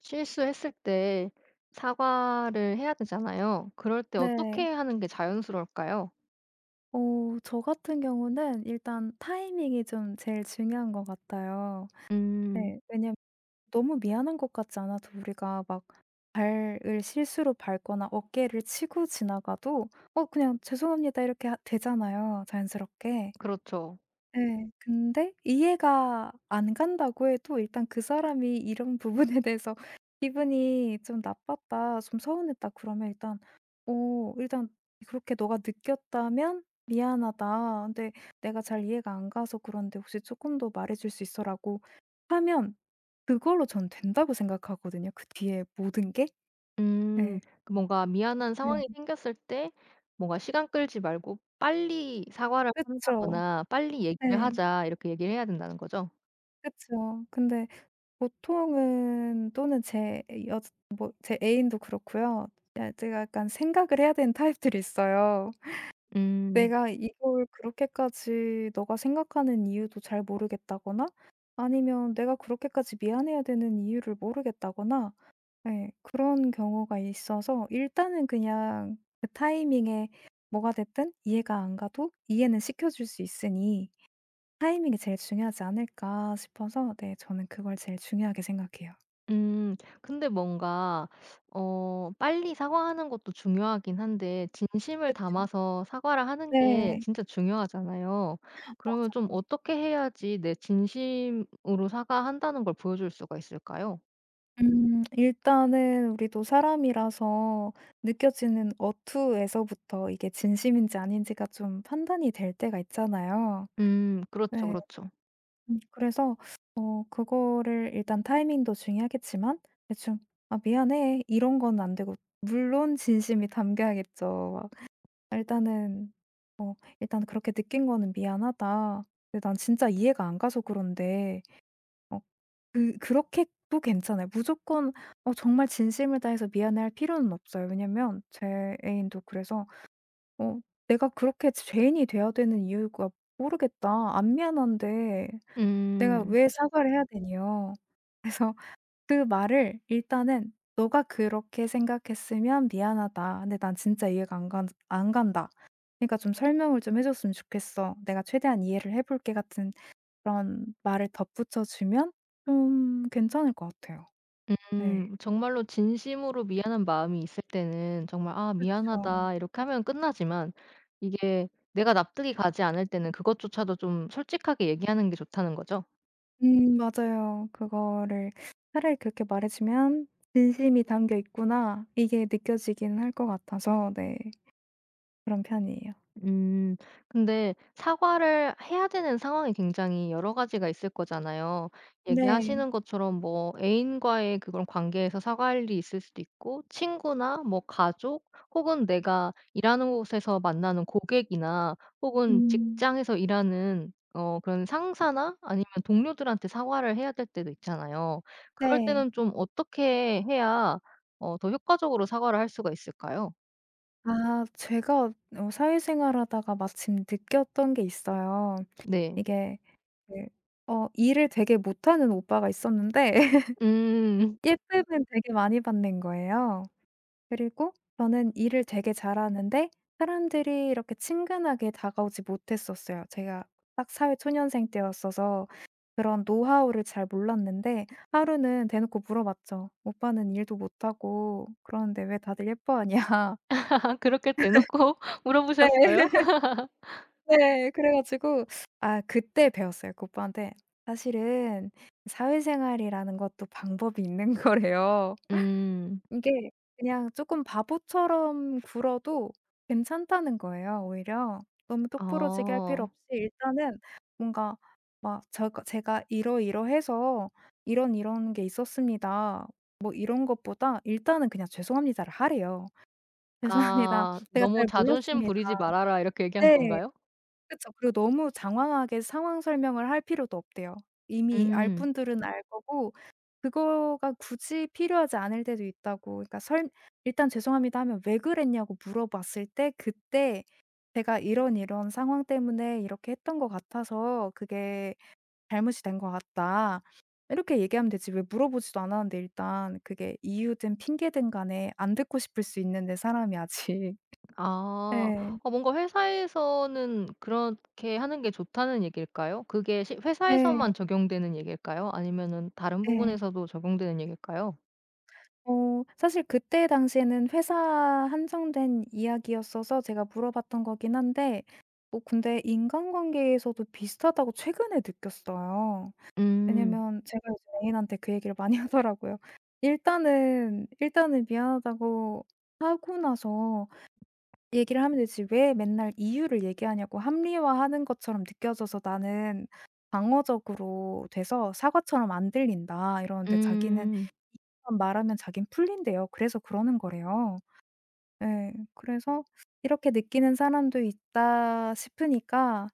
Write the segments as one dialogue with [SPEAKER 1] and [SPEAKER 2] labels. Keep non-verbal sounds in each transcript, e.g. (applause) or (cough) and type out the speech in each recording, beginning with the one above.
[SPEAKER 1] 실수했을 때 사과를 해야 되잖아요. 그럴 때 어떻게
[SPEAKER 2] 네.
[SPEAKER 1] 하는 게 자연스러울까요?
[SPEAKER 2] 저 같은 경우는 일단 타이밍이 좀 제일 중요한 것 같아요.
[SPEAKER 1] 음.
[SPEAKER 2] 네. 왜냐면 너무 미안한 것 같지 않아도 우리가 막 발을 실수로 밟거나 어깨를 치고 지나가도 그냥 "죄송합니다." 이렇게 하 되잖아요, 자연스럽게.
[SPEAKER 1] 그렇죠.
[SPEAKER 2] 네, 근데 이해가 안 간다고 해도 일단 그 사람이 이런 부분에 (laughs) 대해서 기분이 좀 나빴다, 좀 서운했다 그러면 일단 어 일단 그렇게 "너가 느꼈다면 미안하다. 근데 내가 잘 이해가 안 가서 그런데 혹시 쪼끔 더 말해 줄 수 있어."라고 하면 그걸로 전 된다고 생각하거든요, 그 뒤에 모든 게.
[SPEAKER 1] 음.
[SPEAKER 2] 네,
[SPEAKER 1] 그 뭔가 미안한
[SPEAKER 2] 네.
[SPEAKER 1] 상황이 생겼을 때 뭔가 시간 끌지 말고 빨리 사과를
[SPEAKER 2] 그쵸.
[SPEAKER 1] 한다거나 "빨리 얘기를
[SPEAKER 2] 네.
[SPEAKER 1] 하자." 이렇게 얘기를 해야 된다는 거죠?
[SPEAKER 2] 그쵸. 근데 보통은 또는 제 여 뭐 제 애인도 그렇고요. 야 제가 약간 생각을 해야 되는 타입들이 있어요.
[SPEAKER 1] 음.
[SPEAKER 2] 내가 이걸 그렇게까지 너가 생각하는 이유도 잘 모르겠다거나 아니면 내가 그렇게까지 미안해야 되는 이유를 모르겠다거나 예 그런 경우가 있어서 일단은 그냥 그 타이밍에 뭐가 됐든 이해가 안 가도 이해는 시켜줄 수 있으니 '타이밍이 제일 중요하지 않을까.' 싶어서 네 저는 그걸 제일 중요하게 생각해요.
[SPEAKER 1] 음. 근데 뭔가 빨리 사과하는 것도 중요하긴 한데 진심을
[SPEAKER 2] 그쵸.
[SPEAKER 1] 담아서 사과를 하는 게
[SPEAKER 2] 네.
[SPEAKER 1] 진짜 중요하잖아요.
[SPEAKER 2] 아
[SPEAKER 1] 그러면 좀
[SPEAKER 2] 맞아요.
[SPEAKER 1] 어떻게 해야지 내 진심으로 사과한다는 걸 보여줄 수가 있을까요?
[SPEAKER 2] 일단은 우리도 사람이라서 느껴지는 어투에서부터 이게 진심인지 아닌지가 좀 판단이 될 때가 있잖아요.
[SPEAKER 1] 음. 그렇죠,
[SPEAKER 2] 네.
[SPEAKER 1] 그렇죠.
[SPEAKER 2] 그래서 그거를 일단 타이밍도 중요하겠지만 대충 "아 미안해." 이런 건 안 되고 물론 진심이 담겨야겠죠. 막 일단은 뭐 "일단 그렇게 느낀 거는 미안하다. 근데 난 진짜 이해가 안 가서 그런데 어 그렇게 또 괜찮아요. 무조건 정말 진심을 다해서 미안해할 필요는 없어요. 왜냐면 제 애인도 그래서 어 '내가 그렇게 죄인이 돼야 되는 이유가 모르겠다. 안 미안한데 내가
[SPEAKER 1] 음.
[SPEAKER 2] 왜 사과를 해야 되냐.' 그래서 그 말을 일단은 '너가 그렇게 생각했으면 미안하다. 근데 난 진짜 이해가 안 간다. 그러니까 좀 설명을 좀 해 줬으면 좋겠어. 내가 최대한 이해를 해 볼게.' 같은 그런 말을 덧붙여 주면 좀 괜찮을 것 같아요. 네.
[SPEAKER 1] 음. 정말로 진심으로 미안한 마음이 있을 때는 정말 "아
[SPEAKER 2] 그쵸.
[SPEAKER 1] 미안하다." 이렇게 하면 끝나지만 이게 내가 납득이 가지 않을 때는 그것조차도 좀 솔직하게 얘기하는 게 좋다는 거죠.
[SPEAKER 2] 맞아요. 그거를 차라리 그렇게 말해 주면 '진심이 담겨 있구나.' 이게 느껴지긴 할 것 같아서 네 그런 편이에요.
[SPEAKER 1] 음. 근데 사과를 해야 되는 상황이 굉장히 여러 가지가 있을 거잖아요.
[SPEAKER 2] 네.
[SPEAKER 1] 얘기하시는 것처럼 뭐 애인과의 그런 관계에서 사과할 일이 있을 수도 있고 친구나 뭐 가족 혹은 내가 일하는 곳에서 만나는 고객이나 혹은
[SPEAKER 2] 음.
[SPEAKER 1] 직장에서 일하는 그런 상사나 아니면 동료들한테 사과를 해야 될 때도 있잖아요. 그럴
[SPEAKER 2] 네.
[SPEAKER 1] 때는 좀 어떻게 해야 더 효과적으로 사과를 할 수가 있을까요?
[SPEAKER 2] 아 제가 사회생활하다가 마침 느꼈던 게 있어요.
[SPEAKER 1] 네.
[SPEAKER 2] 이게 그 일을 되게 못하는 오빠가 있었는데 (laughs)
[SPEAKER 1] 음.
[SPEAKER 2] 예쁨은 되게 많이 받는 거예요. 그리고 저는 일을 되게 잘하는데 사람들이 이렇게 친근하게 다가오지 못했었어요. 제가 딱 사회초년생 때였어서 그런 노하우를 잘 몰랐는데 하루는 대놓고 물어봤죠. "오빠는 일도 못하고 그러는데 왜 다들 예뻐하냐?"
[SPEAKER 1] (laughs) 그렇게 대놓고 (laughs) 물어보셨어요?
[SPEAKER 2] (laughs) 네. 네. 그래 가지고 아 그때 배웠어요. 그 오빠한테 "사실은 사회생활이라는 것도 방법이 있는 (laughs) 거래요."
[SPEAKER 1] 음.
[SPEAKER 2] 이게 그냥 조금 바보처럼 굴어도 괜찮다는 거예요 오히려. 너무 똑부러지게 할 필요
[SPEAKER 1] 어.
[SPEAKER 2] 없이 일단은 뭔가 막 제가 이러이러해서 이런 이런 게 있었습니다." 뭐 이런 것보다 일단은 그냥 "죄송합니다."를 하래요. (laughs) "죄송합니다.
[SPEAKER 1] 아
[SPEAKER 2] 제가
[SPEAKER 1] "너무
[SPEAKER 2] 잘
[SPEAKER 1] 자존심
[SPEAKER 2] 몰랐습니다."
[SPEAKER 1] 부리지 말아라." 이렇게 얘기한
[SPEAKER 2] 네.
[SPEAKER 1] 건가요?
[SPEAKER 2] 그쵸. 그리고 너무 장황하게 상황 설명을 할 필요도 없대요. 이미 알
[SPEAKER 1] 음.
[SPEAKER 2] 분들은 알 거고 그거가 굳이 필요하지 않을 때도 있다고 그러니까 설 일단 "죄송합니다." 하면 "왜 그랬냐."고 물어봤을 때 그때 "제가 이런 이런 상황 때문에 이렇게 했던 것 같아서 그게 잘못이 된 것 같다." 이렇게 얘기하면 되지 왜 물어보지도 않았는데 일단 그게 이유든 핑계든 간에 안 듣고 싶을 수 있는데 사람이 아직. (laughs)
[SPEAKER 1] 아.
[SPEAKER 2] 예.
[SPEAKER 1] 어 뭔가 회사에서는 그렇게 하는 게 좋다는 얘기일까요? 그게 시
[SPEAKER 2] 네.
[SPEAKER 1] 회사에서만 적용되는 얘기일까요? 아니면은 다른
[SPEAKER 2] 네.
[SPEAKER 1] 부분에서도 적용되는 얘기일까요?
[SPEAKER 2] 사실 그때 당시에는 회사 한정된 이야기였어서 제가 물어봤던 거긴 한데 뭐 근데 인간관계에서도 비슷하다고 최근에 느꼈어요.
[SPEAKER 1] 음.
[SPEAKER 2] 왜냐면 제가 요즘 애인한테 그 얘기를 많이 (laughs) 하더라고요. 일단은 미안하다고 하고 나서 얘기를 하면 되지 왜 맨날 이유를 얘기하냐고 합리화하는 것처럼 느껴져서 나는 방어적으로 돼서 사과처럼 안 들린다. 이러는데 자기는
[SPEAKER 1] 음.
[SPEAKER 2] 이유만 말하면 자기는 풀린대요. 그래서 그러는 거래요. 예. 그래서 이렇게 느끼는 사람도 있다 싶으니까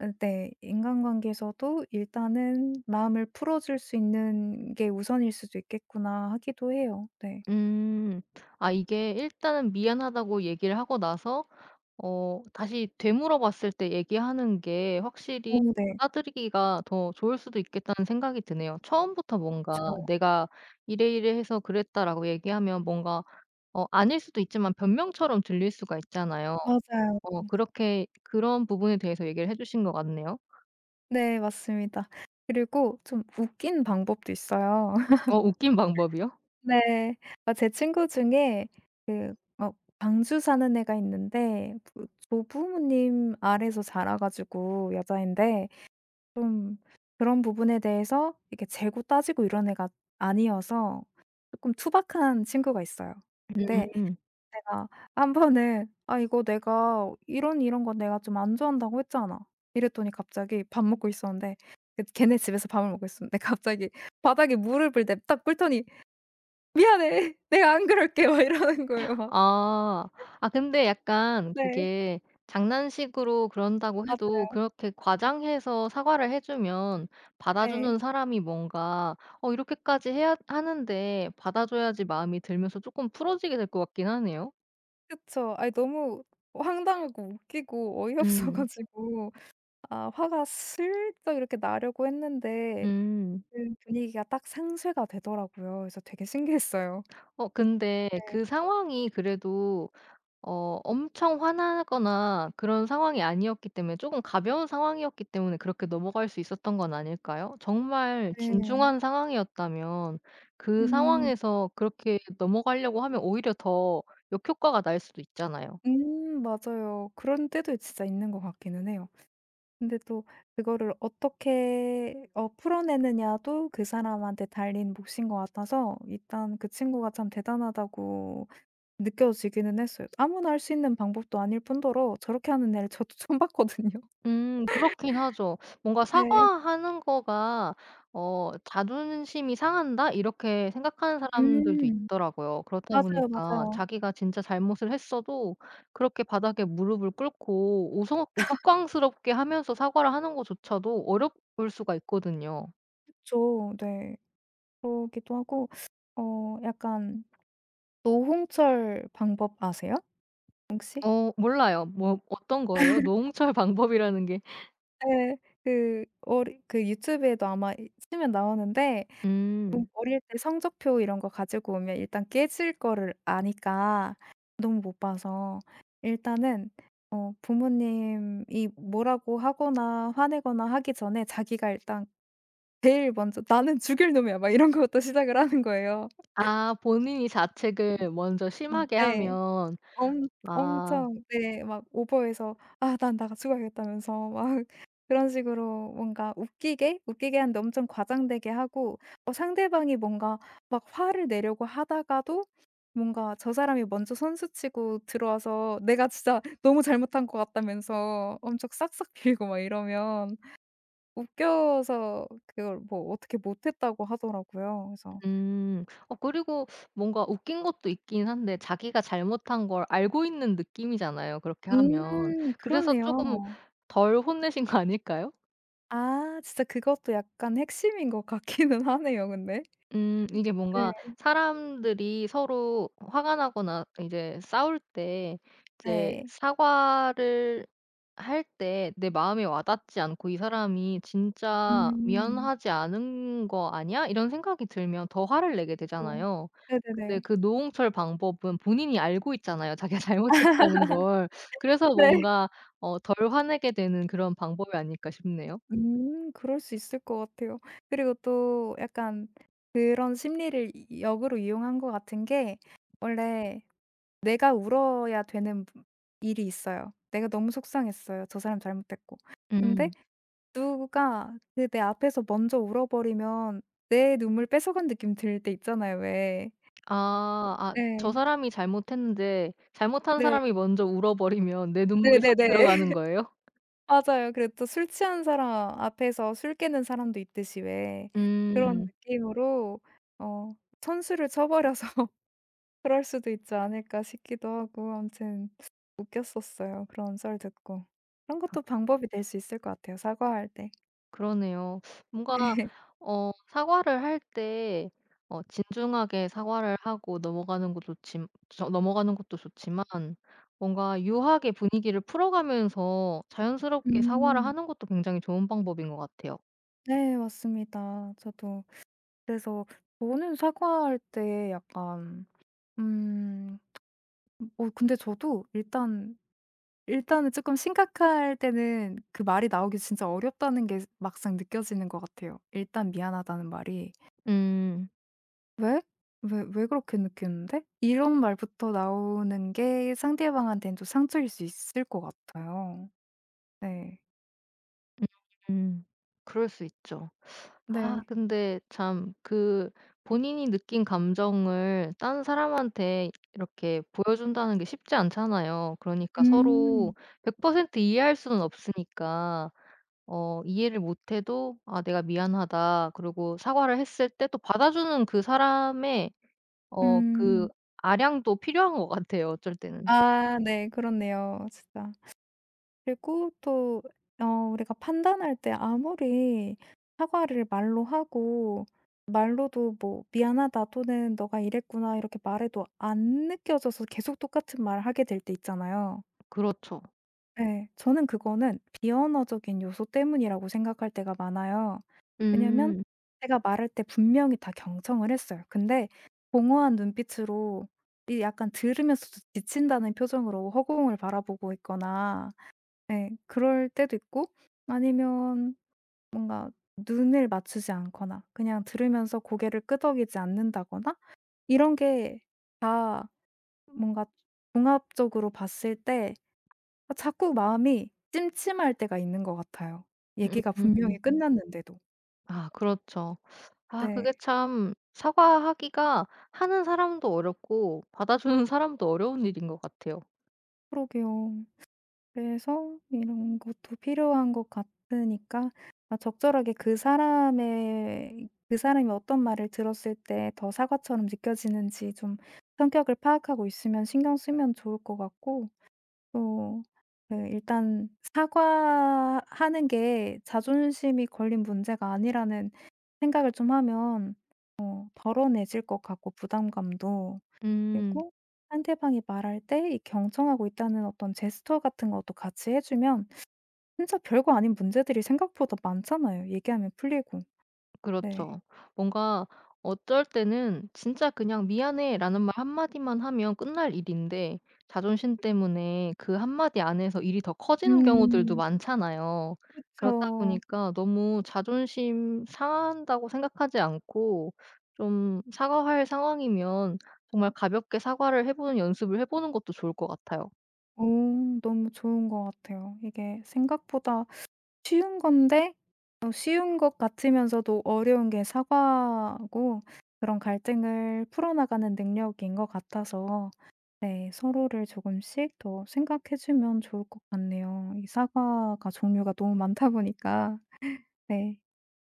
[SPEAKER 2] 네 인간관계에서도 일단은 '마음을 풀어 줄 수 있는 게 우선일 수도 있겠구나.' 하기도 해요. 네.
[SPEAKER 1] 음. 아 이게 일단은 미안하다고 얘기를 하고 나서 다시 되물어 봤을 때 얘기하는 게 확실히
[SPEAKER 2] 어 네.
[SPEAKER 1] 받아들이기가 더 좋을 수도 있겠다는 생각이 드네요. 처음부터 뭔가
[SPEAKER 2] 그쵸.
[SPEAKER 1] "내가 이래 이래해서 그랬다."라고 얘기하면 뭔가 아닐 수도 있지만 변명처럼 들릴 수가 있잖아요.
[SPEAKER 2] 맞아요.
[SPEAKER 1] 어 그렇게 그런 부분에 대해서 얘기를 해 주신 것 같네요.
[SPEAKER 2] 네 맞습니다. 그리고 좀 웃긴 방법도 있어요. (laughs)
[SPEAKER 1] 어 웃긴 방법이요?
[SPEAKER 2] 네. 아 제 친구 중에 그 광주 사는 애가 있는데 그 조부모님 아래에서 자라 가지고 여자인데 좀 그런 부분에 대해서 이렇게 재고 따지고 이런 애가 아니어서 조금 투박한 친구가 있어요. 근데
[SPEAKER 1] 음.
[SPEAKER 2] 내가 한 번은 "아 이거 내가 이런 건 내가 좀 안 좋아한다고 했잖아." 이랬더니 갑자기 밥 먹고 있었는데 그 걔네 집에서 밥을 먹고 있었는데 (laughs) 갑자기 바닥에 무릎을 냅딱 꿇더니 "미안해. (laughs) 내가 안 그럴게." 막 이러는 거예요 막.
[SPEAKER 1] 아. 아 근데 약간
[SPEAKER 2] 네.
[SPEAKER 1] 그게 장난식으로 그런다고 해도
[SPEAKER 2] 맞아요.
[SPEAKER 1] 그렇게 과장해서 사과를 해 주면
[SPEAKER 2] 네.
[SPEAKER 1] 받아주는 사람이 뭔가 '어 이렇게까지 해야 하는데 받아줘야지.' 마음이 들면서 조금 풀어지게 될 것 같긴 하네요.
[SPEAKER 2] 그쵸. 아이 너무 황당하고 웃기고 어이없어
[SPEAKER 1] 음.
[SPEAKER 2] 가지고 아 화가 슬쩍 이렇게 나려고 했는데
[SPEAKER 1] 음.
[SPEAKER 2] 그 분위기가 딱 상쇄가 되더라고요. 그래서 되게 신기했어요.
[SPEAKER 1] 어 근데
[SPEAKER 2] 네.
[SPEAKER 1] 그 상황이 그래도 엄청 화나거나 그런 상황이 아니었기 때문에 조금 가벼운 상황이었기 때문에 그렇게 넘어갈 수 있었던 건 아닐까요? 정말
[SPEAKER 2] 네.
[SPEAKER 1] 진중한 상황이었다면 그
[SPEAKER 2] 음.
[SPEAKER 1] 상황에서 그렇게 넘어가려고 하면 오히려 더 역효과가 날 수도 있잖아요.
[SPEAKER 2] 맞아요. 그런 때도 진짜 있는 것 같기는 해요. 근데 또 그거를 어떻게 풀어내느냐도 그 사람한테 달린 몫인 것 같아서 일단 그 친구가 참 대단하다고 느껴지기는 했어요. 아무나 할 수 있는 방법도 아닐 뿐더러 저렇게 하는 애를 저도 (laughs) 처음 봤거든요.
[SPEAKER 1] 그렇긴 하죠. 뭔가
[SPEAKER 2] 네.
[SPEAKER 1] '사과하는 거가 자존심이 상한다.' 이렇게 생각하는 사람들도
[SPEAKER 2] 음.
[SPEAKER 1] 있더라고요. 그렇다
[SPEAKER 2] 맞아요,
[SPEAKER 1] 보니까
[SPEAKER 2] 맞아요.
[SPEAKER 1] 자기가 진짜 잘못을 했어도 그렇게 바닥에 무릎을 꿇고 오성 우스꽝스럽게 하면서 사과를 하는 것조차도 어려울 수가 있거든요.
[SPEAKER 2] 그쵸. 네. 그러기도 하고 약간 노홍철 방법 아세요? 혹시?
[SPEAKER 1] 어 몰라요. 뭐 어떤 거예요? 노홍철 (laughs) 방법이라는 게
[SPEAKER 2] 예. 그 어리 그 유튜브에도 아마 이 치면 나오는데
[SPEAKER 1] 음.
[SPEAKER 2] 어릴 때 성적표 이런 거 가지고 오면 일단 깨질 거를 아니까 너무 못 봐서 일단은 부모님이 뭐라고 하거나 화내거나 하기 전에 자기가 일단 제일 먼저 '나는 죽일 놈이야.' 막 이런 (laughs) 것부터 시작을 하는 거예요.
[SPEAKER 1] 아 본인이 자책을 먼저
[SPEAKER 2] 음.
[SPEAKER 1] 심하게
[SPEAKER 2] 네.
[SPEAKER 1] 하면
[SPEAKER 2] 엄
[SPEAKER 1] 아.
[SPEAKER 2] 엄청 네 막 오버해서 "아 난 나가 죽어야겠다면서 (laughs) 막 그런 식으로 뭔가 웃기게 하는데 엄청 과장되게 하고 상대방이 뭔가 막 화를 내려고 하다가도 뭔가 저 사람이 먼저 선수치고 들어와서 내가 진짜 (laughs) 너무 잘못한 것 같다면서 엄청 싹싹 빌고 막 이러면 웃겨서 그걸 뭐 어떻게 못했다고 하더라고요. 그래서
[SPEAKER 1] 음. 어 그리고 뭔가 웃긴 것도 있긴 한데 자기가 잘못한 걸 알고 있는 느낌이잖아요, 그렇게 하면.
[SPEAKER 2] 음
[SPEAKER 1] 그래서 조금
[SPEAKER 2] 그렇네요.
[SPEAKER 1] 덜 혼내신 거 아닐까요?
[SPEAKER 2] 아 진짜 그것도 약간 핵심인 것 같기는 하네요 근데.
[SPEAKER 1] 이게
[SPEAKER 2] 네.
[SPEAKER 1] 뭔가 사람들이 서로 화가 나거나 이제 싸울 때 이제
[SPEAKER 2] 네.
[SPEAKER 1] 사과를 할 때 내 마음에 와 닿지 않고 '이 사람이 진짜
[SPEAKER 2] 음.
[SPEAKER 1] 미안하지 않은 거 아니야?' 이런 생각이 들면 더 화를 내게
[SPEAKER 2] 그쵸.
[SPEAKER 1] 되잖아요. 근데
[SPEAKER 2] 네네네.
[SPEAKER 1] 그 노홍철 방법은 본인이 알고 있잖아요, 자기가 (laughs) 잘못했다는 걸. 그래서
[SPEAKER 2] 네.
[SPEAKER 1] 뭔가 덜 화내게 되는 그런 방법이 아닐까 싶네요.
[SPEAKER 2] 그럴 수 있을 것 같아요. 그리고 또 약간 그런 심리를 이 역으로 이용한 것 같은 게 원래 내가 울어야 되는 일이 있어요. 내가 너무 속상했어요. 저 사람 잘못했고. 근데
[SPEAKER 1] 음.
[SPEAKER 2] 누가 그 내 앞에서 먼저 울어버리면 내 눈물 뺏어간 느낌 들 때 있잖아요 왜.
[SPEAKER 1] 아. 아 저
[SPEAKER 2] 네.
[SPEAKER 1] 사람이 잘못했는데 잘못한
[SPEAKER 2] 네.
[SPEAKER 1] 사람이 먼저 울어버리면 내 눈물이 쏙
[SPEAKER 2] 네네네.
[SPEAKER 1] 들어가는
[SPEAKER 2] (laughs)
[SPEAKER 1] 거예요?
[SPEAKER 2] 맞아요. 그리고 또 술 취한 사람 앞에서 술 깨는 사람도 있듯이 왜 그런
[SPEAKER 1] 음.
[SPEAKER 2] 느낌으로 어 선수를 쳐 버려서 (laughs) 그럴 수도 있지 않을까 싶기도 하고 아무튼 웃겼었어요, 그런 썰 듣고. 그런 것도 방법이 될 수 있을 것 같아요, 사과할 때.
[SPEAKER 1] 그러네요.
[SPEAKER 2] (laughs)
[SPEAKER 1] 뭔가 어 사과를 할 때 진중하게 사과를 하고 넘어가는 것도 좋지 저 넘어가는 것도 좋지만 뭔가 유하게 분위기를 풀어가면서 자연스럽게 사과를
[SPEAKER 2] 음.
[SPEAKER 1] 하는 것도 굉장히 좋은 방법인 것 같아요.
[SPEAKER 2] 네 맞습니다. 저도 그래서 저는 사과할 때 약간 음 근데 저도 일단 일단은 쪼끔 심각할 때는 그 말이 나오기 진짜 어렵다는 게 막상 느껴지는 것 같아요. 일단 미안하다는 말이
[SPEAKER 1] 음.
[SPEAKER 2] '왜? 왜 그렇게 느끼는데?' 이런 말부터 나오는 게 상대방한테는 또 상처일 수 있을 것 같아요. 네.
[SPEAKER 1] 음음. 그럴 수 있죠. 아
[SPEAKER 2] 네.
[SPEAKER 1] 근데 참 그 본인이 느낀 감정을 다른 사람한테 이렇게 보여준다는 게 쉽지 않잖아요. 그러니까 서로
[SPEAKER 2] 음.
[SPEAKER 1] 100% 이해할 수는 없으니까 이해를 못해도 '아 내가 미안하다.' 그리고 사과를 했을 때 또 받아주는 그 사람의 어 그
[SPEAKER 2] 음.
[SPEAKER 1] 아량도 필요한 것 같아요 어쩔 때는.
[SPEAKER 2] 아 네. 그렇네요. 진짜. 그리고 또 어 우리가 판단할 때 아무리 사과를 말로 하고 말로도 뭐 "미안하다." 또는 "너가 이랬구나." 이렇게 말해도 안 느껴져서 계속 똑같은 말을 하게 될 때 있잖아요.
[SPEAKER 1] 그렇죠.
[SPEAKER 2] 네, 저는 그거는 비언어적인 요소 때문이라고 생각할 때가 많아요. 왜냐면
[SPEAKER 1] 음.
[SPEAKER 2] 제가 말할 때 분명히 다 경청을 했어요. 근데 공허한 눈빛으로 이 약간 들으면서도 지친다는 표정으로 허공을 바라보고 있거나 네, 그럴 때도 있고 아니면 뭔가 눈을 맞추지 않거나 그냥 들으면서 고개를 끄덕이지 않는다거나 이런 게 다 뭔가 종합적으로 봤을 때 아 자꾸 마음이 찜찜할 때가 있는 것 같아요. 얘기가
[SPEAKER 1] 음.
[SPEAKER 2] 분명히 끝났는데도.
[SPEAKER 1] 아 그렇죠. 아 그게
[SPEAKER 2] 네.
[SPEAKER 1] 참 사과하기가 하는 사람도 어렵고 받아주는 사람도 어려운 일인 것 같아요.
[SPEAKER 2] 그러게요. 그래서 이런 것도 필요한 것 같으니까 아 적절하게 그 사람의 그 사람이 어떤 말을 들었을 때 더 사과처럼 느껴지는지 좀 성격을 파악하고 있으면 신경 쓰면 좋을 것 같고 또 그 일단 사과하는 게 자존심이 걸린 문제가 아니라는 생각을 좀 하면 덜어내질 것 같고 부담감도.
[SPEAKER 1] 음.
[SPEAKER 2] 그리고 상대방이 말할 때 이 경청하고 있다는 어떤 제스처 같은 것도 같이 해 주면 진짜 별거 아닌 문제들이 생각보다 많잖아요, 얘기하면 풀리고. 네.
[SPEAKER 1] 그렇죠. 뭔가 어쩔 때는 진짜 그냥 "미안해."라는 말 한마디만 하면 끝날 일인데 자존심 때문에 그 한마디 안에서 일이 더 커지는 경우들도
[SPEAKER 2] 음
[SPEAKER 1] 많잖아요. 그렇다
[SPEAKER 2] 그쵸.
[SPEAKER 1] 보니까 너무 자존심 상한다고 생각하지 않고 좀 사과할 상황이면 정말 가볍게 사과를 해 보는 연습을 해 보는 것도 좋을 것 같아요.
[SPEAKER 2] 어 너무 좋은 것 같아요. 이게 생각보다 쉬운 건데 쉬운 것 같으면서도 어려운 게 사과고 그런 갈등을 풀어나가는 능력인 것 같아서 네 서로를 조금씩 더 생각해 주면 좋을 것 같네요. 이 사과가 종류가 너무 많다 보니까. 네.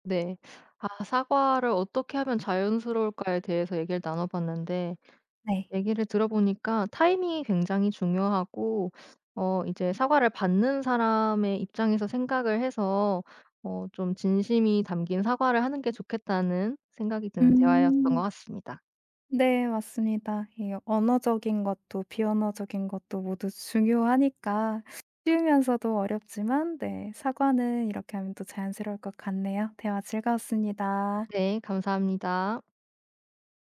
[SPEAKER 1] 네. 아 사과를 어떻게 하면 자연스러울까에 대해서 얘기를 나눠 봤는데
[SPEAKER 2] 네.
[SPEAKER 1] 얘기를 들어보니까 타이밍이 굉장히 중요하고 이제 사과를 받는 사람의 입장에서 생각을 해서 좀 진심이 담긴 사과를 하는 게 좋겠다는 생각이 드는 대화였던 것
[SPEAKER 2] 음.
[SPEAKER 1] 같습니다.
[SPEAKER 2] 네 맞습니다. 이 언어적인 것도 비언어적인 것도 모두 중요하니까 쉬우면서도 어렵지만 네 사과는 이렇게 하면 또 자연스러울 것 같네요. 대화 즐거웠습니다.
[SPEAKER 1] 네, 감사합니다.